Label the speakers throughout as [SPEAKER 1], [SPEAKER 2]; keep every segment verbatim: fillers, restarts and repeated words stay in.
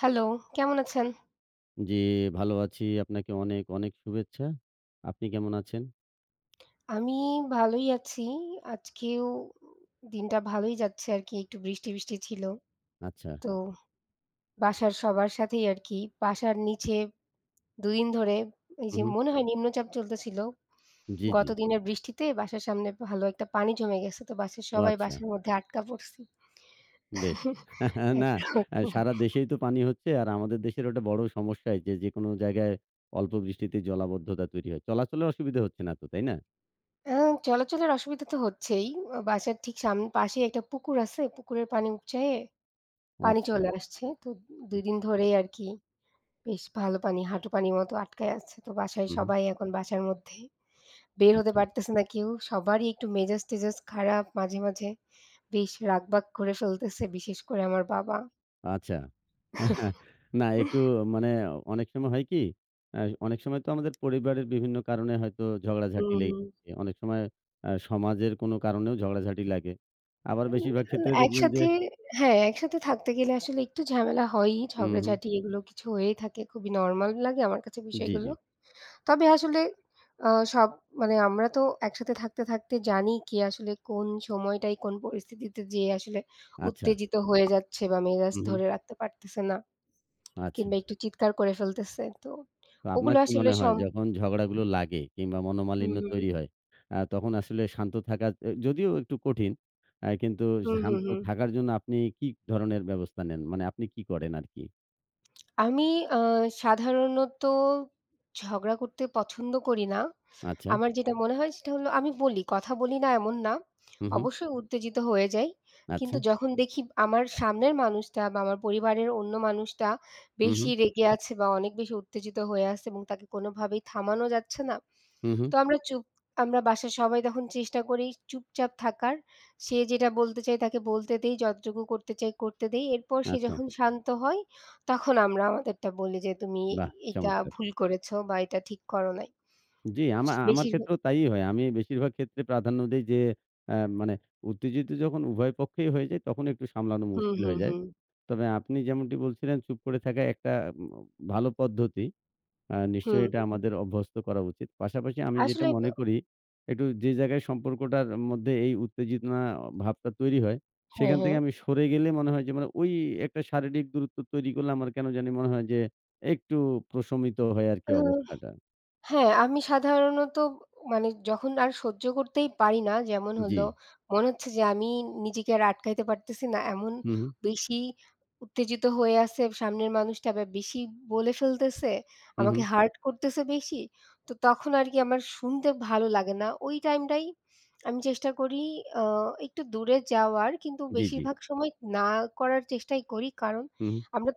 [SPEAKER 1] Hello, কেমন আছেন?
[SPEAKER 2] জি, ভালো আছি। আপনাকে অনেক, অনেক শুভেচ্ছা। আপনি কেমন আছেন?
[SPEAKER 1] আমি ভালোই আছি। আজকেও দিনটা ভালোই যাচ্ছে আরকি। একটু বৃষ্টি, বৃষ্টি ছিল।
[SPEAKER 2] আচ্ছা।
[SPEAKER 1] তো বাসার সবার সাথেই আরকি। বাসার নিচে দুই দিন ধরে এই
[SPEAKER 2] হু,
[SPEAKER 1] যে
[SPEAKER 2] হু।
[SPEAKER 1] মনে হয় নিম্নচাপ চলতেছিল।
[SPEAKER 2] জি, জি।
[SPEAKER 1] গত দিনের বৃষ্টিতে বাসার সামনে ভালো একটা পানি জমে গেছে। তো বাসার
[SPEAKER 2] ও
[SPEAKER 1] সবাই
[SPEAKER 2] আচ্ছা,
[SPEAKER 1] বাসার মধ্যে আটকা পড়ছি।
[SPEAKER 2] বেশ। না,
[SPEAKER 1] একরকম।
[SPEAKER 2] আ সারা দেশেই তো পানি হচ্ছে আর আমাদের দেশের ওটা বড় সমস্যাই যে, যেকোনো জায়গায় অল্প বৃষ্টিতেই জলাবদ্ধতা তৈরি হয়। চলাচলে অসুবিধা হচ্ছে না তো, তাই না?
[SPEAKER 1] আ চলাচলের অসুবিধা তো হচ্ছেই। আ বাসার ঠিক সাম পাশেই একটা পুকুর আছে। পুকুরের পানি উপচায়ে
[SPEAKER 2] ও
[SPEAKER 1] পানি
[SPEAKER 2] আচ্ছা।
[SPEAKER 1] চলে আসছে। তো
[SPEAKER 2] হু,
[SPEAKER 1] দুই দিন ধরেই আরকি বেশ ভালো পানি, হাঁটু পানির মতো আটকায় আছে। তো বাসায়
[SPEAKER 2] হু, হু।
[SPEAKER 1] সবাই এখন বাসার মধ্যে। বের হতে
[SPEAKER 2] আচ্ছা।
[SPEAKER 1] পারতেছে না কেউ। সবারই একটু মেজাজ-টেজাজ খারাপ। মাঝে, মাঝে বেশ রাগবাগ করে ফেলতেছে, বিশেষ করে আমার বাবা।
[SPEAKER 2] আচ্ছা। না একটু মানে অনেক সময় হয় কি? আ অনেক সময় তো আমাদের পরিবারের বিভিন্ন কারণে হয়তো ঝগড়াঝাটি
[SPEAKER 1] হুম,
[SPEAKER 2] লেগে
[SPEAKER 1] হুম।
[SPEAKER 2] থাকে। অনেক সময় আ সমাজের কোনো কারণেও ঝগড়াঝাটি লাগে। আবার
[SPEAKER 1] উম,
[SPEAKER 2] বেশিরভাগ ক্ষেত্রে দেখবেন যে
[SPEAKER 1] একসাথে হ্যাঁ, একসাথে থাকতে গেলে আসলে একটু ঝামেলা হয়ই।
[SPEAKER 2] হুম, হুম।
[SPEAKER 1] ঝগড়াঝাটি এগুলো কিছু হয়েই থাকে। খুবই নরমাল লাগে আমার কাছে
[SPEAKER 2] জি,
[SPEAKER 1] বিষয়গুলো।
[SPEAKER 2] জি।
[SPEAKER 1] তবে আসলে আ সব মানে আমরা তো একসাথে থাকতে, থাকতে জানি কি আসলে কোন সময়টাই কোন পরিস্থিতিতে যেয়ে আসলে
[SPEAKER 2] আচ্ছা।
[SPEAKER 1] উত্তেজিত হয়ে যাচ্ছে বা মেজাজ
[SPEAKER 2] হুম, হুম।
[SPEAKER 1] ধরে রাখতে পারতেছে না
[SPEAKER 2] আচ্ছা।
[SPEAKER 1] কিংবা একটু চিৎকার করে ফেলতেছে। তো
[SPEAKER 2] তো
[SPEAKER 1] ওগুলো
[SPEAKER 2] আপনার কি
[SPEAKER 1] আসলে
[SPEAKER 2] মনে হয়
[SPEAKER 1] সম
[SPEAKER 2] যখন ঝগড়াগুলো লাগে কিংবা
[SPEAKER 1] হুম,
[SPEAKER 2] মনোমালিন্য
[SPEAKER 1] হুম।
[SPEAKER 2] তৈরি হয়, আ তখন আসলে শান্ত থাকা এ যদিও একটু কঠিন, আ কিন্তু
[SPEAKER 1] হুম, হুম,
[SPEAKER 2] শান্ত
[SPEAKER 1] হুম।
[SPEAKER 2] থাকার জন্য আপনি কি ধরনের ব্যবস্থা নেন? মানে আপনি কি করেন আরকি?
[SPEAKER 1] আমি আ সাধারণত ঝগড়া করতে পছন্দ করি না।
[SPEAKER 2] আচ্ছা।
[SPEAKER 1] আমার যেটা মনে হয় সেটা হলো আমি বলি, কথা বলি না এমন না।
[SPEAKER 2] হুম, হুম।
[SPEAKER 1] অবশ্যই উত্তেজিত হয়ে যাই। কিন্তু
[SPEAKER 2] আচ্ছা।
[SPEAKER 1] যখন দেখি আমার সামনের মানুষটা বা আমার পরিবারের অন্য মানুষটা
[SPEAKER 2] হু, হু,
[SPEAKER 1] বেশি রেগে আছে বা অনেক বেশি উত্তেজিত হয়ে আছে এবং তাকে কোনোভাবেই থামানো যাচ্ছে না,
[SPEAKER 2] হু, হু।
[SPEAKER 1] তো আমরা চুপ আমরা বাসার সবাই তখন চেষ্টা করি চুপচাপ থাকার। সে যেটা বলতে চায় তাকে বলতে দেই, যতটুকু করতে চাই করতে দেই। এরপর সে
[SPEAKER 2] আচ্ছা।
[SPEAKER 1] যখন শান্ত হয়, তখন আমরা আমাদেরটা বলি যে, "তুমি
[SPEAKER 2] বাহ!
[SPEAKER 1] এটা
[SPEAKER 2] চমৎকার।
[SPEAKER 1] ভুল করেছ বা এটা ঠিক করো নাই।"
[SPEAKER 2] জি, আমা আমার
[SPEAKER 1] বেশিরভাগ
[SPEAKER 2] ক্ষেত্রেও তাই হয়। আমি বেশিরভাগ ক্ষেত্রে প্রাধান্য দেই যে, অ্যা মানে উত্তেজিত যখন উভয় পক্ষেই হয়ে যায় তখন একটু সামলানো
[SPEAKER 1] হুম,
[SPEAKER 2] মুশকিল
[SPEAKER 1] হুম,
[SPEAKER 2] হয়ে যায়।
[SPEAKER 1] হুম।
[SPEAKER 2] তবে আপনি যেমনটি বলছিলেন চুপ করে থাকা একটা উম ভালো পদ্ধতি। আ
[SPEAKER 1] হুম,
[SPEAKER 2] নিশ্চয়ই এটা
[SPEAKER 1] হুম।
[SPEAKER 2] আমাদের অভ্যস্ত করা উচিত। পাশাপাশি আমি যেটা
[SPEAKER 1] আসলে
[SPEAKER 2] মনে করি, একটু যে জায়গায় সম্পর্কটার মধ্যে এই উত্তেজনা ভাবটা তৈরি হয়,
[SPEAKER 1] হ্যাঁ,
[SPEAKER 2] সেখান
[SPEAKER 1] হ্যাঁ।
[SPEAKER 2] থেকে আমি সরে গেলে মনে হয় যে মানে ওই একটা শারীরিক দূরত্ব তৈরি করলে আমার কেন জানি মনে হয় যে একটু প্রশমিত হয় আরকি
[SPEAKER 1] আ
[SPEAKER 2] অবস্থাটা।
[SPEAKER 1] হ্যাঁ, আমি সাধারণত মানে যখন আর সহ্য করতেই পারি না, যেমন
[SPEAKER 2] জি।
[SPEAKER 1] হলো মনে হচ্ছে যে আমি নিজেকে আর আটকাইতে পারতেছি না। এমন
[SPEAKER 2] হু, হু,
[SPEAKER 1] বেশি উত্তেজিত হয়ে আছে সামনের মানুষটা আবার বেশি বলে ফেলতেছে,
[SPEAKER 2] হু, হু।
[SPEAKER 1] আমাকে হার্ট করতেছে বেশি। তো তখন আর কি আমার শুনতে ভালো লাগে না। ওই টাইমটাই আমি চেষ্টা করি আ একটু দূরে যাওয়ার কিন্তু
[SPEAKER 2] জি, জি।
[SPEAKER 1] বেশিরভাগ সময় না করার চেষ্টাই করি। কারণ
[SPEAKER 2] হু, হু।
[SPEAKER 1] আমরা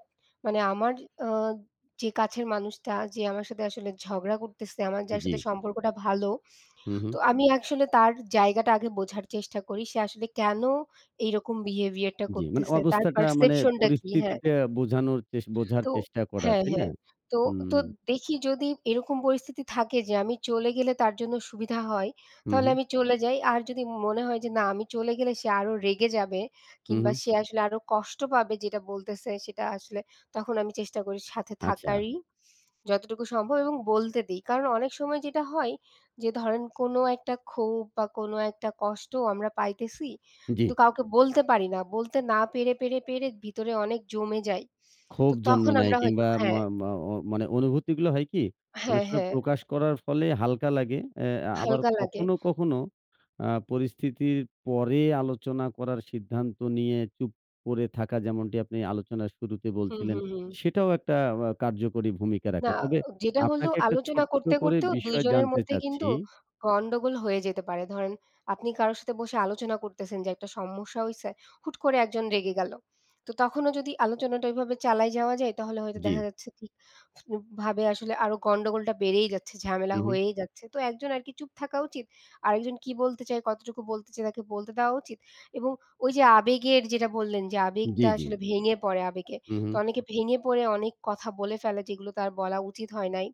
[SPEAKER 1] মানে আমার আ যে কাছের মানুষটা যে আমার সাথে আসলে ঝগড়া করতেছে, আমার যার
[SPEAKER 2] জি।
[SPEAKER 1] সাথে সম্পর্কটা ভালো।
[SPEAKER 2] হু, হু।
[SPEAKER 1] তো আমি আসলে তার জায়গাটা আগে বোঝার চেষ্টা করি। সে আসলে কেন এইরকম behavior টা
[SPEAKER 2] জি। মানে
[SPEAKER 1] করতেছে? তার
[SPEAKER 2] অবস্থাটা মানে
[SPEAKER 1] perception টা কি? হ্যাঁ,
[SPEAKER 2] পরিস্থিতিটা বোঝানোর চেস বোঝার
[SPEAKER 1] তো
[SPEAKER 2] চেষ্টা করা,
[SPEAKER 1] হ্যাঁ,
[SPEAKER 2] তাই না?
[SPEAKER 1] হ্যাঁ। তো তো
[SPEAKER 2] হুম।
[SPEAKER 1] দেখি যদি এরকম পরিস্থিতি থাকে যে আমি চলে গেলে তার জন্য সুবিধা হয়,
[SPEAKER 2] হু,
[SPEAKER 1] তাহলে
[SPEAKER 2] হু।
[SPEAKER 1] আমি চলে যাই। আর যদি মনে হয় যে না আমি চলে গেলে সে আরো রেগে যাবে
[SPEAKER 2] হু,
[SPEAKER 1] কিংবা
[SPEAKER 2] হু।
[SPEAKER 1] সে আসলে আরো কষ্ট পাবে যেটা বলতেছে সেটা আসলে তখন আমি চেষ্টা করি সাথে
[SPEAKER 2] আচ্ছা।
[SPEAKER 1] থাকারই। যতটুকু সম্ভব এবং বলতে দিই। কারণ অনেক সময় যেটা হয় যে ধরেন কোনো একটা ক্ষোভ বা কোনো একটা কষ্ট আমরা পাইতেছি।
[SPEAKER 2] জি।
[SPEAKER 1] কিন্তু কাউকে বলতে পারি না। বলতে না পেরে, পেরে, পেরে ভিতরে অনেক জমে যায়। তো
[SPEAKER 2] ক্ষোভ জন্ম
[SPEAKER 1] তখন
[SPEAKER 2] নেয়
[SPEAKER 1] আমরা হয়তো
[SPEAKER 2] কিংবা ম
[SPEAKER 1] হ্যাঁ,
[SPEAKER 2] ম অ মানে অনুভূতিগুলো হয় কি? অনেক
[SPEAKER 1] হ্যাঁ,
[SPEAKER 2] সময়
[SPEAKER 1] হ্যাঁ
[SPEAKER 2] প্রকাশ করার ফলে হালকা লাগে। অ্যা আবার
[SPEAKER 1] হালকা লাগে।
[SPEAKER 2] কখনো, কখনো আ পরিস্থিতির পরে আলোচনা করার সিদ্ধান্ত নিয়ে চুপ করে থাকা যেমনটি আপনি আলোচনার শুরুতে
[SPEAKER 1] হুম,
[SPEAKER 2] বলছিলেন,
[SPEAKER 1] হুম, হুম।
[SPEAKER 2] সেটাও একটা আ কার্যকরী ভূমিকা
[SPEAKER 1] না,
[SPEAKER 2] রাখে। তবে
[SPEAKER 1] যেটা হলো
[SPEAKER 2] আপনাকে একটা
[SPEAKER 1] আলোচনা
[SPEAKER 2] ছোট্ট
[SPEAKER 1] করতে,
[SPEAKER 2] করে
[SPEAKER 1] করতেও দুই
[SPEAKER 2] বিষয়
[SPEAKER 1] জনের
[SPEAKER 2] জানতে
[SPEAKER 1] মধ্যে
[SPEAKER 2] চাচ্ছি।
[SPEAKER 1] কিন্তু গন্ডগোল হয়ে যেতে পারে। ধরেন আপনি কারো সাথে বসে আলোচনা করতেছেন যে একটা সমস্যা হইছে, হুট করে একজন রেগে গেল। তো তখনও যদি আলোচনাটা ওইভাবে চালায় যাওয়া যায় তাহলে হয়তো
[SPEAKER 2] জি।
[SPEAKER 1] দেখা যাচ্ছে কি ভাবে আসলে আরো গন্ডগোলটা বেড়েই যাচ্ছে, ঝামেলা
[SPEAKER 2] হু, হু।
[SPEAKER 1] হয়েই যাচ্ছে। তো একজন আরকি চুপ থাকা উচিত। আরেকজন কি বলতে চায়, কতটুকু বলতে চায় তাকে বলতে দেওয়া উচিত। এবং ওই যে আবেগের যেটা বললেন যে আবেগটা
[SPEAKER 2] জি, জি।
[SPEAKER 1] আসলে ভেঙে পড়ে আবেগে।
[SPEAKER 2] হু, হু।
[SPEAKER 1] তো অনেকে ভেঙে পড়ে অনেক কথা বলে ফেলে যেগুলো তার বলা উচিত হয় নাই।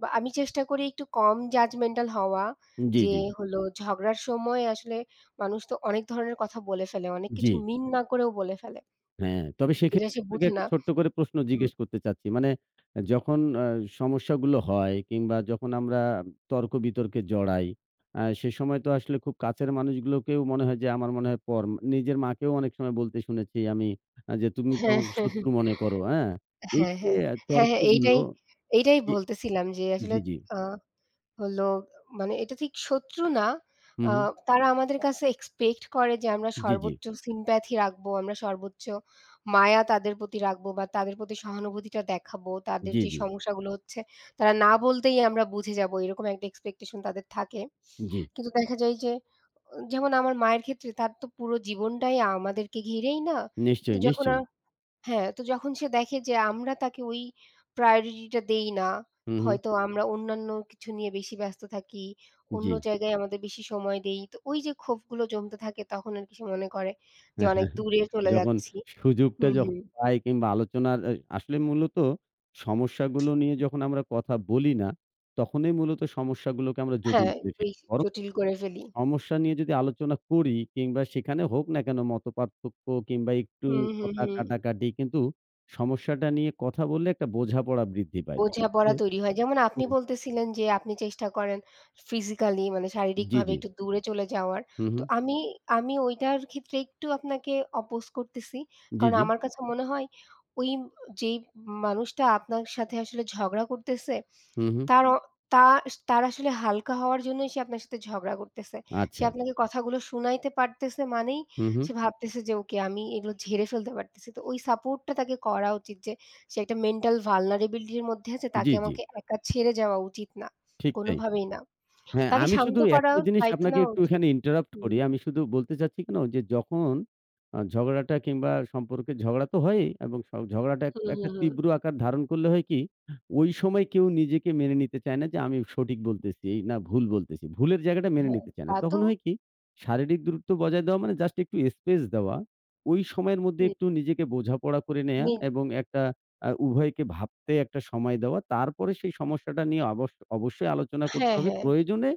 [SPEAKER 1] বা আমি চেষ্টা করি একটু কম judgmental হওয়া।
[SPEAKER 2] জি,
[SPEAKER 1] যে
[SPEAKER 2] জি।
[SPEAKER 1] হলো ঝগড়ার সময় আসলে মানুষ তো অনেক ধরনের কথা বলে ফেলে। অনেক
[SPEAKER 2] জি।
[SPEAKER 1] কিছু মিন না করেও বলে ফেলে।
[SPEAKER 2] হ্যাঁ, তবে
[SPEAKER 1] যেটা
[SPEAKER 2] সেক্ষেত্রে
[SPEAKER 1] সে
[SPEAKER 2] আপনাকে
[SPEAKER 1] বুঝে
[SPEAKER 2] একটা
[SPEAKER 1] না।
[SPEAKER 2] ছোট্ট করে প্রশ্ন
[SPEAKER 1] হুম।
[SPEAKER 2] জিজ্ঞেস করতে চাচ্ছি। মানে আ যখন আ সমস্যাগুলো হয় কিংবা যখন আমরা তর্ক-বিতর্কে জড়াই, আ সে সময় তো আসলে খুব কাছের মানুষগুলোকেও মনে হয় যে আমার মনে হয় পর নিজের মাকেও অনেক সময় বলতে শুনেছি আমি আ যে, "তুমি তো
[SPEAKER 1] হ্যাঁ,
[SPEAKER 2] আমাকে
[SPEAKER 1] হ্যাঁ,
[SPEAKER 2] শত্রু মনে করো।" হ্যাঁ? এই
[SPEAKER 1] হ্যাঁ,
[SPEAKER 2] যে
[SPEAKER 1] হ্যাঁ,
[SPEAKER 2] আহ,
[SPEAKER 1] হ্যাঁ, হ্যাঁ, হ্যাঁ,
[SPEAKER 2] তর্কগুলো
[SPEAKER 1] এইটাই এইটাই
[SPEAKER 2] এ
[SPEAKER 1] বলতেছিলাম যে আসলে
[SPEAKER 2] জি, জি।
[SPEAKER 1] আ হলো মানে এটা ঠিক শত্রু না।
[SPEAKER 2] হু,
[SPEAKER 1] আ
[SPEAKER 2] হু।
[SPEAKER 1] তারা আমাদের কাছে এক্সপেক্ট করে যে আমরা
[SPEAKER 2] জি, জি।
[SPEAKER 1] সর্বোচ্চ sympathy রাখবো, আমরা সর্বোচ্চ মায়া তাদের প্রতি রাখবো বা তাদের প্রতি সহানুভূতিটা দেখাবো। তাদের
[SPEAKER 2] জি,
[SPEAKER 1] যে
[SPEAKER 2] জি।
[SPEAKER 1] সমস্যাগুলো হচ্ছে তারা না বলতেই আমরা বুঝে যাবো। এরকম একটা expectation তাদের থাকে।
[SPEAKER 2] জি।
[SPEAKER 1] কিন্তু দেখা যায় যে আহ, যেমন আমার মায়ের ক্ষেত্রে তার তো পুরো জীবনটাই আমাদেরকে ঘিরেই না। কিন্তু
[SPEAKER 2] নিশ্চয়ই,
[SPEAKER 1] যখন
[SPEAKER 2] নিশ্চয়ই।
[SPEAKER 1] হ্যাঁ, তো যখন সে দেখে যে আমরা তাকে ওই priority টা দেই না,
[SPEAKER 2] হু, হু।
[SPEAKER 1] হয়তো আমরা অন্যান্য কিছু নিয়ে বেশি ব্যস্ত থাকি, অন্য
[SPEAKER 2] জি।
[SPEAKER 1] জায়গায় আমাদের বেশি সময় দেই। তো ওই যে ক্ষোভগুলো জমতে থাকে তখন আরকি সে মনে করে যে অনেক দূরে চলে
[SPEAKER 2] যখন
[SPEAKER 1] যাচ্ছি।
[SPEAKER 2] সুযোগটা
[SPEAKER 1] হুম,
[SPEAKER 2] যখন
[SPEAKER 1] হুম।
[SPEAKER 2] পাই কিংবা আলোচনার এ আসলে মূলত সমস্যাগুলো নিয়ে যখন আমরা কথা বলি না, তখনই মূলত সমস্যাগুলোকে আমরা জটিল
[SPEAKER 1] হ্যাঁ,
[SPEAKER 2] করে ফেলি।
[SPEAKER 1] বেশ
[SPEAKER 2] বরং
[SPEAKER 1] জটিল করে ফেলি।
[SPEAKER 2] সমস্যা নিয়ে যদি আলোচনা করি কিংবা সেখানে হোক না কেন মতপার্থক্য কিংবা একটু
[SPEAKER 1] হুম, হুম,
[SPEAKER 2] কথা
[SPEAKER 1] হুম।
[SPEAKER 2] কাটাকাটি কিন্তু সমস্যাটা নিয়ে কথা বললে একটা বোঝাপড়া বৃদ্ধি পায়। বিশেষ
[SPEAKER 1] বোঝাপড়া
[SPEAKER 2] করে
[SPEAKER 1] তৈরি হয়। যেমন আপনি
[SPEAKER 2] হুম,
[SPEAKER 1] বলতেছিলেন যে আপনি চেষ্টা করেন ফিজিক্যালি মানে
[SPEAKER 2] জি,
[SPEAKER 1] শারীরিকভাবে
[SPEAKER 2] জি।
[SPEAKER 1] একটু দূরে চলে যাওয়ার।
[SPEAKER 2] হু,
[SPEAKER 1] তো
[SPEAKER 2] হু।
[SPEAKER 1] আমি আমি ওইটার ক্ষেত্রে একটু আপনাকে অপোজ করতেছি।
[SPEAKER 2] জি,
[SPEAKER 1] কারণ
[SPEAKER 2] জি।
[SPEAKER 1] আমার কাছে মনে হয় ওই যেই মানুষটা আপনার সাথে আসলে ঝগড়া করতেছে
[SPEAKER 2] হু, হু।
[SPEAKER 1] তার অ তা তার আসলে হালকা হওয়ার জন্যই সে আপনার সাথে ঝগড়া করতেছে। সে
[SPEAKER 2] আচ্ছা।
[SPEAKER 1] আপনাকে কথাগুলো শুনাইতে পারতেছে মানেই
[SPEAKER 2] হু, হু।
[SPEAKER 1] সে ভাবতেছে যে ওকে আমি এগুলো ঝেড়ে ফেলতে পারতেছি। তো ওই সাপোর্টটা তাকে করা উচিত যে সে একটা মেন্টাল vulnerability এর মধ্যে আছে তাকে
[SPEAKER 2] জি, জি।
[SPEAKER 1] আমাকে একা ছেড়ে যাওয়া উচিত না।
[SPEAKER 2] ঠিক তাই।
[SPEAKER 1] কোনোভাবেই না।
[SPEAKER 2] হ্যাঁ,
[SPEAKER 1] তাকে
[SPEAKER 2] আমি
[SPEAKER 1] শান্ত
[SPEAKER 2] শুধু
[SPEAKER 1] করার
[SPEAKER 2] একটা জিনিস
[SPEAKER 1] দায়িত্ব
[SPEAKER 2] আপনাকে
[SPEAKER 1] নেওয়া
[SPEAKER 2] একটু
[SPEAKER 1] উচিত।
[SPEAKER 2] এখানে ইন্টারাপ্ট
[SPEAKER 1] হুম,
[SPEAKER 2] করি। আমি শুধু বলতে চাচ্ছি কেন যে যখন আ ঝগড়াটা কিংবা সম্পর্কে ঝগড়া তো হয়ই এবং স ঝগড়াটা এক
[SPEAKER 1] হুম,
[SPEAKER 2] একটা
[SPEAKER 1] হুম, হুম।
[SPEAKER 2] তীব্র আকার ধারণ করলে হয় কি, ওই সময় কেউ নিজেকে মেনে নিতে চায় না যে আমি সঠিক বলতেছি এই না ভুল বলতেছি। ভুলের জায়গাটা মেনে
[SPEAKER 1] হ্যাঁ,
[SPEAKER 2] নিতে চায় না।
[SPEAKER 1] তা তো
[SPEAKER 2] তখন হয় কি শারীরিক দূরত্ব বজায় দেওয়া মানে জাস্ট একটু স্পেস দেওয়া। ওই সময়ের মধ্যে
[SPEAKER 1] হুম,
[SPEAKER 2] একটু নিজেকে বোঝাপড়া করে নেয়া
[SPEAKER 1] নি
[SPEAKER 2] এবং একটা আ উভয়কে ভাবতে একটা সময় দেওয়া। তারপরে সেই সমস্যাটা নিয়ে অবশ্য অবশ্যই আলোচনা করতে
[SPEAKER 1] হ্যাঁ,
[SPEAKER 2] হবে।
[SPEAKER 1] হ্যাঁ।
[SPEAKER 2] প্রয়োজনে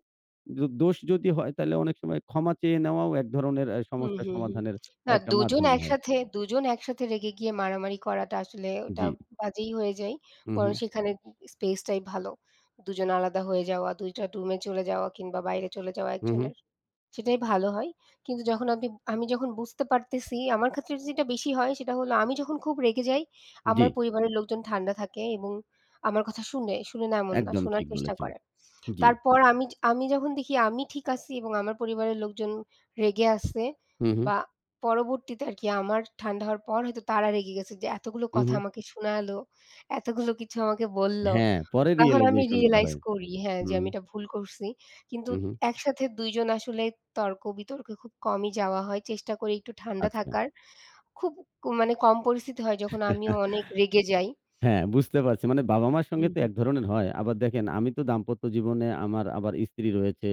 [SPEAKER 2] দো দোষ যদি হয় তাহলে অনেক সময় ক্ষমা চেয়ে নেওয়াও এক ধরনের আ
[SPEAKER 1] হুম,
[SPEAKER 2] সমস্যা
[SPEAKER 1] হুম, হুম।
[SPEAKER 2] সমাধানের
[SPEAKER 1] না
[SPEAKER 2] একটা
[SPEAKER 1] ২ জন
[SPEAKER 2] মাধ্যম হয়।
[SPEAKER 1] একসাথে দুই জন একসাথে রেগে গিয়ে মারামারি করাটা আসলে ওটা
[SPEAKER 2] জি।
[SPEAKER 1] বাজেই হয়ে যায়।
[SPEAKER 2] হু,
[SPEAKER 1] বরং
[SPEAKER 2] হু,
[SPEAKER 1] সেখানে স্পেসটাই ভালো। দুই জন আলাদা হয়ে যাওয়া, দু টা রুমে চলে যাওয়া কিংবা বাইরে চলে যাওয়া
[SPEAKER 2] হু, হু।
[SPEAKER 1] একজনের। সেটাই ভালো হয়। কিন্তু যখন আপনি আমি যখন বুঝতে পারতেছি আমার ক্ষেত্রে যেটা বেশি হয় সেটা হলো আমি যখন খুব রেগে যাই,
[SPEAKER 2] জি,
[SPEAKER 1] আমার পরিবারের লোকজন ঠান্ডা থাকে এবং আমার কথা শুনে, শুনে না এমন না,
[SPEAKER 2] একদম
[SPEAKER 1] শোনার
[SPEAKER 2] ঠিক
[SPEAKER 1] চেষ্টা
[SPEAKER 2] বলেছেন।
[SPEAKER 1] করে।
[SPEAKER 2] জি।
[SPEAKER 1] তারপর আমি আমি যখন দেখি আমি ঠিক আছি এবং আমার পরিবারের লোকজন রেগে আছে
[SPEAKER 2] হু, হু,
[SPEAKER 1] বা পরবর্তীতে আর কি আমার ঠান্ডা হওয়ার পর হয়তো তারা রেগে গেছে যে এতগুলো
[SPEAKER 2] হু,
[SPEAKER 1] কথা
[SPEAKER 2] হু।
[SPEAKER 1] আমাকে শোনালো, এতগুলো কিছু আমাকে বলল।
[SPEAKER 2] হ্যাঁ, পরে
[SPEAKER 1] তখন আমি
[SPEAKER 2] রিয়ালাইজেশন টা
[SPEAKER 1] রিয়ালাইজ
[SPEAKER 2] হয়।
[SPEAKER 1] করি হ্যাঁ,
[SPEAKER 2] হু,
[SPEAKER 1] যে
[SPEAKER 2] হু,
[SPEAKER 1] আমি এটা ভুল করছি। কিন্তু
[SPEAKER 2] হু, হু।
[SPEAKER 1] একসাথে দুই জন আসলে তর্ক-বিতর্কে খুব কমই যাওয়া হয়। চেষ্টা করি একটু ঠান্ডা
[SPEAKER 2] আচ্ছা।
[SPEAKER 1] থাকার। খুব ক- মানে কম পরিস্থিতি হয় যখন আমিও অনেক রেগে যাই।
[SPEAKER 2] হ্যাঁ, বুঝতে পারছি। মানে বাবা-মার সঙ্গে
[SPEAKER 1] হুম,
[SPEAKER 2] তো
[SPEAKER 1] হুম।
[SPEAKER 2] এক ধরনের হয়। আবার দেখেন আমি তো দাম্পত্য জীবনে আমার আবার স্ত্রী রয়েছে।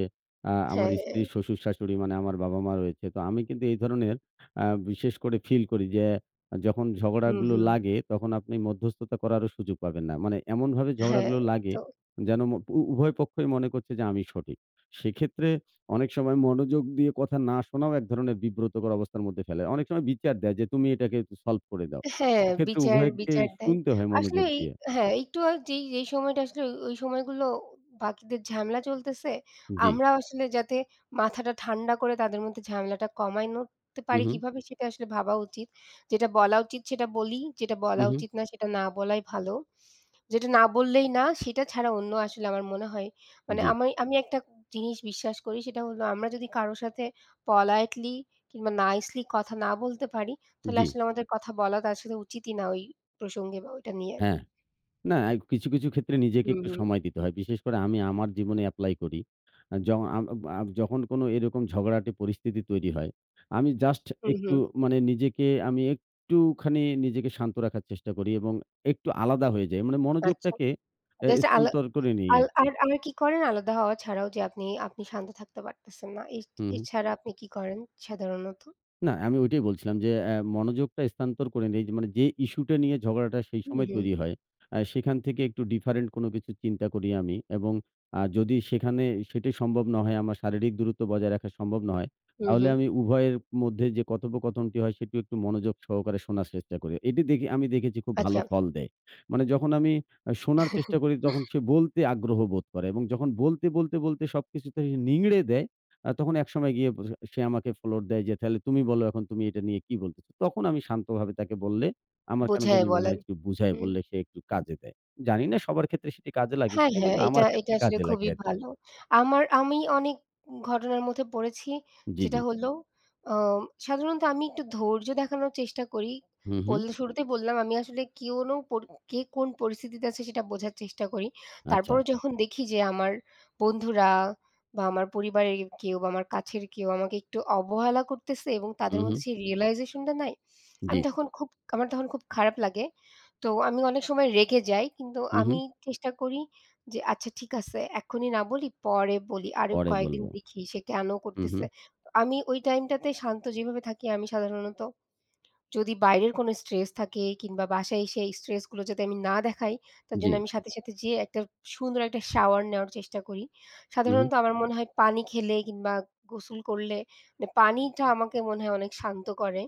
[SPEAKER 2] আ আমার
[SPEAKER 1] হ্যাঁ, হ্যাঁ।
[SPEAKER 2] স্ত্রীর শ্বশুর-শাশুড়ি মানে আমার বাবা-মা রয়েছে। তো আমি কিন্তু এই ধরনের আ বিশেষ করে ফিল করি যে যখন
[SPEAKER 1] হুম,
[SPEAKER 2] ঝগড়াগুলো
[SPEAKER 1] হুম।
[SPEAKER 2] লাগে তখন আপনি মধ্যস্থতা করারও সুযোগ পাবেন না। মানে এমনভাবে
[SPEAKER 1] হ্যাঁ,
[SPEAKER 2] ঝগড়াগুলো লাগে
[SPEAKER 1] তো
[SPEAKER 2] যেন ম উ উভয় পক্ষই মনে করছে যে আমি সঠিক। সেক্ষেত্রে অনেক সময় মনোযোগ দিয়ে কথা না শোনাও এক ধরনের বিব্রতকর অবস্থার মধ্যে ফেলে। অনেক সময় বিচার দেয় যে তুমি এটাকে সলভ করে দাও।
[SPEAKER 1] হ্যাঁ,
[SPEAKER 2] সেক্ষেত্রে
[SPEAKER 1] বিচার
[SPEAKER 2] উভয়কে
[SPEAKER 1] বিচার দেয়।
[SPEAKER 2] শুনতে হয়
[SPEAKER 1] আসলে
[SPEAKER 2] মনোযোগ
[SPEAKER 1] এই
[SPEAKER 2] দিয়ে।
[SPEAKER 1] হ্যাঁ, একটু আ যেই, যেই সময়টা আসলে ওই ওই সময়গুলো বাকিদের ঝামেলা চলতেছে,
[SPEAKER 2] জি।
[SPEAKER 1] আমরা আসলে যাতে মাথাটা ঠান্ডা করে তাদের মধ্যে ঝামেলাটা কমায় নিতে
[SPEAKER 2] হু,
[SPEAKER 1] পারি
[SPEAKER 2] হু,
[SPEAKER 1] কিভাবে সেটা আসলে ভাবা উচিত। যেটা বলা উচিত সেটা বলি, যেটা
[SPEAKER 2] হু,
[SPEAKER 1] বলা
[SPEAKER 2] হু।
[SPEAKER 1] উচিত না সেটা না বলাই ভালো। যেটা না বললেই না, সেটা ছাড়া অন্য আসলে আমার মনে হয় মানে
[SPEAKER 2] জি,
[SPEAKER 1] আমি আমি একটা জিনিস বিশ্বাস করি সেটা হলো আমরা যদি কারো সাথে politely কিংবা nicely কথা না বলতে পারি, তাহলে
[SPEAKER 2] জি।
[SPEAKER 1] আসলে আমাদের কথা বলা তার সাথে উচিতই না ওই প্রসঙ্গে বা ওইটা নিয়ে।
[SPEAKER 2] হ্যাঁ। না এই কিছু, কিছু ক্ষেত্রে নিজেকে
[SPEAKER 1] হুম,
[SPEAKER 2] একটু
[SPEAKER 1] হুম।
[SPEAKER 2] সময় দিতে হয়। বিশেষ করে আমি আমার জীবনে এপ্লাই করি। আ য আম আ যখন কোনো এরকম ঝগড়াটে পরিস্থিতি তৈরি হয়, আমি জাস্ট
[SPEAKER 1] হুম,
[SPEAKER 2] একটু
[SPEAKER 1] হুম।
[SPEAKER 2] মানে নিজেকে আমি একটুখানি নিজেকে শান্ত রাখার চেষ্টা করি এবং একটু আলাদা হয়ে যাই। মানে
[SPEAKER 1] আচ্ছা।
[SPEAKER 2] মনোযোগটাকে এ
[SPEAKER 1] জাস্ট আলা
[SPEAKER 2] স্থানান্তর করে নিই
[SPEAKER 1] আল
[SPEAKER 2] আরকি।
[SPEAKER 1] আর আর কি করেন আলাদা হওয়া ছাড়াও যে আপনি আপনি শান্ত থাকতে পারতেছেন না। এ
[SPEAKER 2] হু, হু।
[SPEAKER 1] এছাড়া আপনি কি করেন সাধারণত?
[SPEAKER 2] না, আমি ওইটাই বলছিলাম যে অ্যা মনোযোগটা স্থানান্তর করে নেই। মানে যে ইস্যুটা নিয়ে ঝগড়াটা সেই
[SPEAKER 1] হুম,
[SPEAKER 2] সময়
[SPEAKER 1] হুম।
[SPEAKER 2] তৈরি হয়, আ সেখান থেকে একটু ডিফারেন্ট কোনো কিছু চিন্তা করি আমি এবং আ যদি সেখানে সেটাই সম্ভব না হয়, আমার শারীরিক দূরত্ব বজায় রাখা সম্ভব না হয়,
[SPEAKER 1] হুম,
[SPEAKER 2] তাহলে
[SPEAKER 1] হুম।
[SPEAKER 2] আমি উভয়ের মধ্যে যে কথোপকথনটি হয় সেটিও একটু মনোযোগ সহকারে শোনার চেষ্টা করি। এটি দেখি আমি দেখেছি খুব ভালো
[SPEAKER 1] আচ্ছা।
[SPEAKER 2] ফল দেয়। মানে যখন আমি আ শোনার চেষ্টা করি তখন সে বলতে আগ্রহ বোধ করে এবং যখন বলতে, বলতে, বলতে সবকিছুতে সে নিংড়ে দেয় আ তখন একসময় গিয়ে ব সে আমাকে ফ্লোর দেয় যে, "তাহলে তুমি বলো এখন তুমি এটা নিয়ে কি বলতেছ?" তখন আমি শান্তভাবে তাকে বললে, আমার কেন
[SPEAKER 1] বুঝায়ে
[SPEAKER 2] জানি মনে
[SPEAKER 1] বলেন।
[SPEAKER 2] হয় একটু বুঝায়
[SPEAKER 1] হুম।
[SPEAKER 2] বললে সে একটু কাজে দেয়। জানি না সবার ক্ষেত্রে সেটি কাজে লাগে
[SPEAKER 1] হ্যাঁ,
[SPEAKER 2] কিনা
[SPEAKER 1] হ্যাঁ,
[SPEAKER 2] কিন্তু
[SPEAKER 1] এটা
[SPEAKER 2] আমার
[SPEAKER 1] এটা
[SPEAKER 2] ক্ষেত্রে
[SPEAKER 1] আসলে
[SPEAKER 2] কাজে লাগে
[SPEAKER 1] খুবই
[SPEAKER 2] আরকি।
[SPEAKER 1] ভালো। আমার আমি অনেক ঘটনার মধ্যে পড়েছি।
[SPEAKER 2] জি,
[SPEAKER 1] যেটা
[SPEAKER 2] জি।
[SPEAKER 1] হলো আম সাধারণত আমি একটু ধৈর্য দেখানোর চেষ্টা করি।
[SPEAKER 2] হু, হু।
[SPEAKER 1] বললে শুরুতেই বললাম আমি আসলে কোনো পর কে কোন পরিস্থিতিতে আছে সেটা বোঝার চেষ্টা করি।
[SPEAKER 2] আচ্ছা।
[SPEAKER 1] তারপরেও যখন দেখি যে আমার বন্ধুরা বা আমার পরিবারের কেউ বা আমার কাছের কেউ আমাকে একটু অবহেলা করতেছে এবং
[SPEAKER 2] হু,
[SPEAKER 1] তাদের
[SPEAKER 2] হু।
[SPEAKER 1] মধ্যে সেই realization টা নাই।
[SPEAKER 2] জি।
[SPEAKER 1] আমি তখন খুব আমার তখন খুব খারাপ লাগে। তো আমি অনেক সময় রেগে যাই। কিন্তু
[SPEAKER 2] হু, হু।
[SPEAKER 1] আমি চেষ্টা করি যে আচ্ছা ঠিক আছে এখনই না বলি পরে বলি। আরো
[SPEAKER 2] পরে বলব।
[SPEAKER 1] কয়েকদিন দেখি সে কেন
[SPEAKER 2] হু, হু।
[SPEAKER 1] করতেছে। আমি ওই টাইমটাতে শান্ত যেভাবে থাকি আমি সাধারণত যদি বাইরের কোনো স্ট্রেস থাকে কিংবা বাসায় এসে এই স্ট্রেস গুলো যাতে আমি না দেখাই তার
[SPEAKER 2] জি।
[SPEAKER 1] জন্য আমি সাথে, সাথে যেয়ে একটা সুন্দর একটা শাওয়ার নেওয়ার চেষ্টা করি।
[SPEAKER 2] হু, হু।
[SPEAKER 1] সাধারণত আমার হুম। মনে হয় পানি খেলে কিংবা গোসল করলে মানে পানিটা আমাকে মনে হয় অনেক শান্ত করে।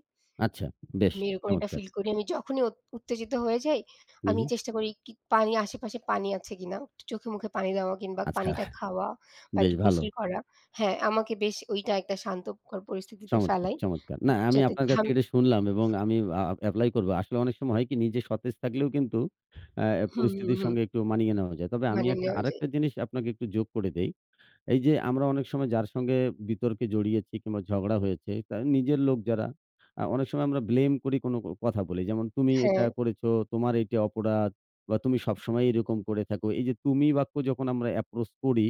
[SPEAKER 2] আচ্ছা। বেশ
[SPEAKER 1] আমি এরকম একটা
[SPEAKER 2] চমৎকার।
[SPEAKER 1] ফিল করি। আমি যখনই উত উত্তেজিত হয়ে যাই,
[SPEAKER 2] হু,
[SPEAKER 1] আমি
[SPEAKER 2] হু।
[SPEAKER 1] চেষ্টা করি কি পানি আশেপাশে পানি আছে কিনা, একটু চোখে মুখে পানি দেওয়া কিংবা
[SPEAKER 2] আচ্ছা
[SPEAKER 1] পানিটা খাওয়া বা
[SPEAKER 2] বেশ
[SPEAKER 1] একটু
[SPEAKER 2] ভালো।
[SPEAKER 1] গোসল করা। হ্যাঁ, আমাকে বেশ ওইটা একটা শান্তকর পরিস্থিতিতে
[SPEAKER 2] চমৎকার,
[SPEAKER 1] ফেলায়।
[SPEAKER 2] চমৎকার। না আমি
[SPEAKER 1] যাতে
[SPEAKER 2] আপনার কাছ
[SPEAKER 1] ঝাম
[SPEAKER 2] থেকে এটা শুনলাম এবং আমি আ এপ্লাই করব। আসলে অনেক সময় হয় কি নিজে সতেজ থাকলেও কিন্তু আ
[SPEAKER 1] হুম, হুম,
[SPEAKER 2] পরিস্থিতির
[SPEAKER 1] হুম।
[SPEAKER 2] সঙ্গে একটু মানিয়ে নেওয়া যায়। তবে আমি
[SPEAKER 1] মানে
[SPEAKER 2] একটা
[SPEAKER 1] নেওয়া যায়।
[SPEAKER 2] আরেকটা জিনিস আপনাকে একটু যোগ করে দেই। এই যে আমরা অনেক সময় যার সঙ্গে বিতর্কে জড়িয়েছি কিংবা ঝগড়া হয়েছে, তা নিজের লোক যারা আ অনেক সময় আমরা ব্লেম করি কোনো ক কথা বলি। যেমন তুমি এটা
[SPEAKER 1] হ্যাঁ,
[SPEAKER 2] করেছো, তোমার এটা অপরাধ বা তুমি সবসময় এরকম করে থাকো। এই যে তুমি বাক্য যখন আমরা অ্যাপ্রোচ করি,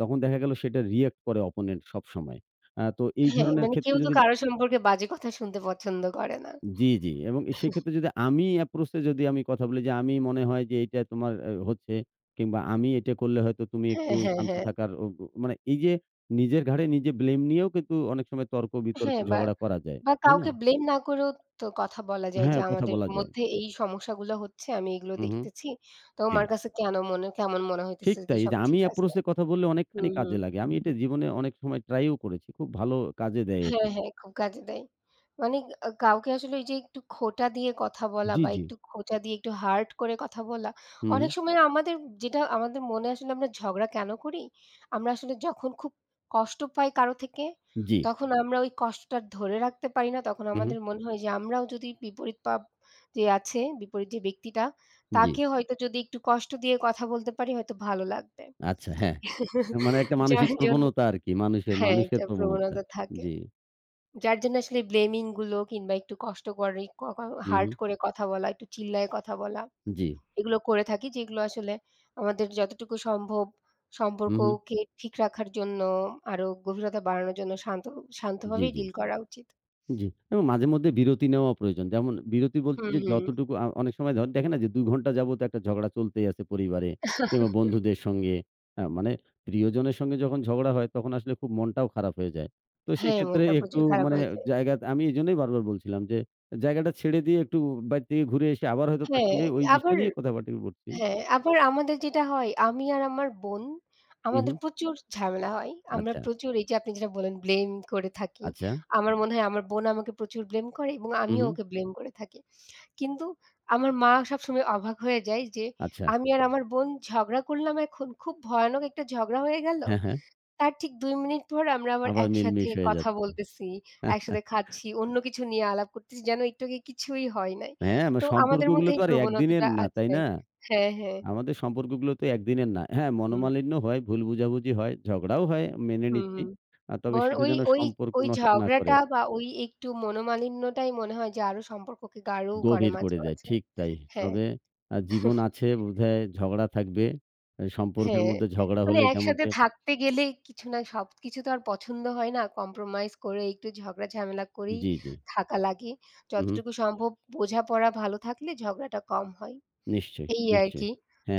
[SPEAKER 2] তখন দেখা গেল সেটা রিঅ্যাক্ট করে অপোনেন্ট সবসময়। আ তো এই
[SPEAKER 1] হ্যাঁ,
[SPEAKER 2] ধরনের
[SPEAKER 1] মানে কেউ
[SPEAKER 2] ক্ষেত্রে
[SPEAKER 1] তো
[SPEAKER 2] যদি
[SPEAKER 1] কারো সম্পর্কে বাজে কথা শুনতে পছন্দ করে না।
[SPEAKER 2] জি, জি। এবং সেক্ষেত্রে যদি আমি approach এ যদি আমি কথা বলি যে, "আমি মনে হয় যে এইটা তোমার আ হচ্ছে কিংবা আমি এটা করলে হয়তো তুমি
[SPEAKER 1] হ্যাঁ,
[SPEAKER 2] একটু
[SPEAKER 1] হ্যাঁ,
[SPEAKER 2] শান্ত
[SPEAKER 1] হ্যাঁ।
[SPEAKER 2] থাকার" ও ও মানে এই যে নিজের ঘাড়ে নিজে blame নিয়েও কিন্তু অনেক সময় তর্ক-বিতর্ক
[SPEAKER 1] হ্যাঁ, বা
[SPEAKER 2] ঝগড়া করা যায়।
[SPEAKER 1] বা
[SPEAKER 2] তাই না?
[SPEAKER 1] কাউকে ব্লেম না করেও তো কথা বলা যায় যে,
[SPEAKER 2] হ্যাঁ, কথা
[SPEAKER 1] "আমাদের
[SPEAKER 2] বলা যায়।
[SPEAKER 1] মধ্যে এই সমস্যাগুলো হচ্ছে, আমি এগুলো
[SPEAKER 2] হু, হু।
[SPEAKER 1] দেখতেছি। তো আমার
[SPEAKER 2] হ্যাঁ,
[SPEAKER 1] কাছে কেন মনে কেমন মনে
[SPEAKER 2] ঠিক
[SPEAKER 1] হইতেছে কি
[SPEAKER 2] তাই। এই
[SPEAKER 1] সব
[SPEAKER 2] যে আমি
[SPEAKER 1] ঠিক আছে?"
[SPEAKER 2] approach এ কথা বললে
[SPEAKER 1] হুম,
[SPEAKER 2] অনেকখানি
[SPEAKER 1] হুম।
[SPEAKER 2] কাজে লাগে। আমি এটা জীবনে অনেক সময় ট্রাইও করেছি। খুব ভালো কাজে দেয়
[SPEAKER 1] হ্যাঁ,
[SPEAKER 2] এটি।
[SPEAKER 1] হ্যাঁ, খুব কাজে দেয়। মানে আ কাউকে আসলে ওই যে একটু খোঁটা দিয়ে কথা বলা
[SPEAKER 2] জি,
[SPEAKER 1] বা
[SPEAKER 2] জি।
[SPEAKER 1] একটু খোঁচা দিয়ে একটু হার্ড করে কথা বলা,
[SPEAKER 2] হু, হু।
[SPEAKER 1] অনেক সময় আমাদের যেটা আমাদের মনে আসলে আমরা ঝগড়া কেন করি? আমরা আসলে যখন খুব কষ্ট পাই কারো থেকে,
[SPEAKER 2] জি।
[SPEAKER 1] তখন আমরা ওই কষ্টটা ধরে রাখতে পারি না। তখন
[SPEAKER 2] হু, হু।
[SPEAKER 1] আমাদের মনে হয় যে আমরাও যদি বিপরীত পাব যে আছে, বিপরীত যে ব্যক্তিটা,
[SPEAKER 2] জি।
[SPEAKER 1] তাকে হয়তো যদি একটু কষ্ট দিয়ে কথা বলতে পারি হয়তো ভালো লাগবে।
[SPEAKER 2] আচ্ছা, হ্যাঁ। তার মানে একটা
[SPEAKER 1] যার
[SPEAKER 2] মানসিক
[SPEAKER 1] জন্য
[SPEAKER 2] প্রবণতা আরকি। মানুষের,
[SPEAKER 1] হ্যাঁ,
[SPEAKER 2] মানুষের
[SPEAKER 1] একটা
[SPEAKER 2] প্রবণতা।
[SPEAKER 1] প্রবণতা থাকে।
[SPEAKER 2] জি।
[SPEAKER 1] যার জন্য আসলে ব্লেমিং গুলো কিংবা একটু কষ্ট করে ক ক
[SPEAKER 2] হু,
[SPEAKER 1] হার্ড
[SPEAKER 2] হু।
[SPEAKER 1] করে কথা বলা, একটু চিল্লায়ে কথা বলা,
[SPEAKER 2] জি।
[SPEAKER 1] এগুলো করে থাকি যেগুলো আসলে আমাদের যতটুকু সম্ভব
[SPEAKER 2] হু, হু।
[SPEAKER 1] সম্পর্ককে ঠিক রাখার জন্য আরো গভীরতা বাড়ানোর জন্য শান্ত
[SPEAKER 2] জি,
[SPEAKER 1] শান্তভাবেই
[SPEAKER 2] জি,
[SPEAKER 1] ডিল করা উচিত।
[SPEAKER 2] জি। এবং মাঝেমধ্যে বিরতি নেওয়া প্রয়োজন। যেমন বিরতি বলছি
[SPEAKER 1] হুম,
[SPEAKER 2] যে
[SPEAKER 1] হুম।
[SPEAKER 2] যতটুকু আ অনেক সময় ধ দেখেন না যে দুই ঘন্টা যাবত একটা ঝগড়া চলতেই আছে পরিবারে কিংবা বন্ধুদের সঙ্গে। আ মানে প্রিয়জনের সঙ্গে যখন ঝগড়া হয় তখন আসলে খুব মনটাও খারাপ হয়ে যায়। তো
[SPEAKER 1] হ্যাঁ,
[SPEAKER 2] সেক্ষেত্রে
[SPEAKER 1] মনটা
[SPEAKER 2] একটু
[SPEAKER 1] প্রচুর খারাপ
[SPEAKER 2] মানে
[SPEAKER 1] হয়ে যায়।
[SPEAKER 2] জায়গা আমি এজন্যই বারবার বলছিলাম যে জায়গাটা ছেড়ে দিয়ে একটু বাড়ি থেকে ঘুরে এসে আবার হয়তো তার
[SPEAKER 1] হ্যাঁ,
[SPEAKER 2] সঙ্গে ওই বিষয়
[SPEAKER 1] আবার
[SPEAKER 2] নিয়ে কথাবার্তা বলছি।
[SPEAKER 1] হ্যাঁ, আবার আমাদের যেটা হয় আমি আর আমার বোন
[SPEAKER 2] হু, হু।
[SPEAKER 1] আমাদের প্রচুর ঝামেলা হয়। আমরা
[SPEAKER 2] আচ্ছা।
[SPEAKER 1] প্রচুর এই যে আপনি যেটা বললেন ব্লেম করে থাকি।
[SPEAKER 2] আচ্ছা।
[SPEAKER 1] আমার মনে হয় আমার বোন আমাকে প্রচুর ব্লেম করে এবং
[SPEAKER 2] হু,
[SPEAKER 1] আমিও
[SPEAKER 2] হু।
[SPEAKER 1] ওকে ব্লেম করে থাকি। কিন্তু আমার মা সবসময় অবাক হয়ে যায় যে
[SPEAKER 2] আচ্ছা।
[SPEAKER 1] আমি আর আমার বোন ঝগড়া করলাম এখন খুব ভয়ানক একটা ঝগড়া হয়ে গেল।
[SPEAKER 2] হ্যাঁ, হ্যাঁ।
[SPEAKER 1] তার ঠিক দুই মিনিট পর আমরা আবার
[SPEAKER 2] আবার
[SPEAKER 1] একসাথে
[SPEAKER 2] মিলমিশ হয়ে
[SPEAKER 1] কথা
[SPEAKER 2] যাচ্ছে।
[SPEAKER 1] বলতেছি, একসাথে খাচ্ছি, অন্য কিছু নিয়ে আলাপ করতেছি যেন একটু আগে কিছুই হয় নাই।
[SPEAKER 2] হ্যাঁ,
[SPEAKER 1] তো
[SPEAKER 2] আমার
[SPEAKER 1] আমাদের মধ্যে
[SPEAKER 2] সম্পর্কগুলো তো
[SPEAKER 1] এই
[SPEAKER 2] আর একদিনের
[SPEAKER 1] প্রবণতাটা
[SPEAKER 2] না, তাই
[SPEAKER 1] আছে।
[SPEAKER 2] না?
[SPEAKER 1] হ্যাঁ, হ্যাঁ।
[SPEAKER 2] আমাদের সম্পর্কগুলো তো একদিনের না। হ্যাঁ,
[SPEAKER 1] হুম,
[SPEAKER 2] মনোমালিন্য হয়, ভুল বুঝাবুঝি হয়, ঝগড়াও হয়, মেনে
[SPEAKER 1] হুম,
[SPEAKER 2] নিচ্ছি।
[SPEAKER 1] হুম।
[SPEAKER 2] আ তবে
[SPEAKER 1] বর
[SPEAKER 2] সেটা
[SPEAKER 1] ওই
[SPEAKER 2] যেন
[SPEAKER 1] ওই
[SPEAKER 2] সম্পর্ক
[SPEAKER 1] ওই
[SPEAKER 2] নষ্ট না করে,
[SPEAKER 1] ঝগড়াটা বা ওই একটু মনোমালিন্যটাই মনে হয় যে আরো সম্পর্ককে গাঢ়ও করে
[SPEAKER 2] গভীর
[SPEAKER 1] মাঝে,
[SPEAKER 2] করে দেয়।
[SPEAKER 1] মাঝে।
[SPEAKER 2] ঠিক তাই।
[SPEAKER 1] হ্যাঁ,
[SPEAKER 2] তবে আ জীবন আছে বোধহয় ঝগড়া থাকবে। এ সম্পর্কের
[SPEAKER 1] হ্যাঁ।
[SPEAKER 2] মধ্যে ঝগড়া
[SPEAKER 1] মানে
[SPEAKER 2] হলে
[SPEAKER 1] একসাথে
[SPEAKER 2] যেমনটি
[SPEAKER 1] থাকতে গেলে কিছু না সবকিছু তো আর পছন্দ হয় না। কম্প্রোমাইজ করে একটু ঝগড়া ঝামেলা করেই
[SPEAKER 2] জি, জি।
[SPEAKER 1] থাকা লাগে।
[SPEAKER 2] হু, হু।
[SPEAKER 1] যতটুকু সম্ভব বোঝাপড়া ভালো থাকলে ঝগড়াটা কম হয়।
[SPEAKER 2] নিশ্চয়ই,
[SPEAKER 1] এই আর
[SPEAKER 2] নিশ্চয়ই।
[SPEAKER 1] কি।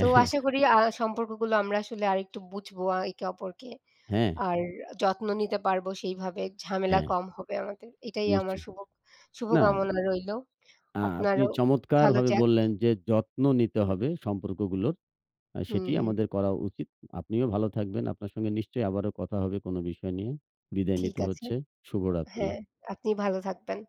[SPEAKER 1] তো
[SPEAKER 2] হ্যাঁ,
[SPEAKER 1] আশা করি আ সম্পর্কগুলো আমরা আসলে আরেকটু বুঝবো আ একে অপরকে।
[SPEAKER 2] হ্যাঁ,
[SPEAKER 1] আর যত্ন নিতে পারবো সেইভাবে ঝামেলা
[SPEAKER 2] হ্যাঁ,
[SPEAKER 1] কম হবে আমাদের। এটাই আমার
[SPEAKER 2] নিশ্চয়ই।
[SPEAKER 1] শুভ
[SPEAKER 2] না
[SPEAKER 1] শুভকামনা রইলো।
[SPEAKER 2] আ আপনি
[SPEAKER 1] আপনারও ভালো
[SPEAKER 2] চমৎকারভাবে
[SPEAKER 1] যাক।
[SPEAKER 2] বললেন যে যত্ন নিতে হবে সম্পর্কগুলোর। আ
[SPEAKER 1] হুম,
[SPEAKER 2] সেটিই
[SPEAKER 1] হুম।
[SPEAKER 2] আমাদের করা উচিত। আপনিও ভালো থাকবেন। আপনার সঙ্গে নিশ্চয়ই আবারও কথা হবে কোনো বিষয় নিয়ে। বিদায়
[SPEAKER 1] ঠিক
[SPEAKER 2] নিতে
[SPEAKER 1] আছে।
[SPEAKER 2] হচ্ছে। শুভরাত্রি।
[SPEAKER 1] হ্যাঁ, আপনি ভালো থাকবেন।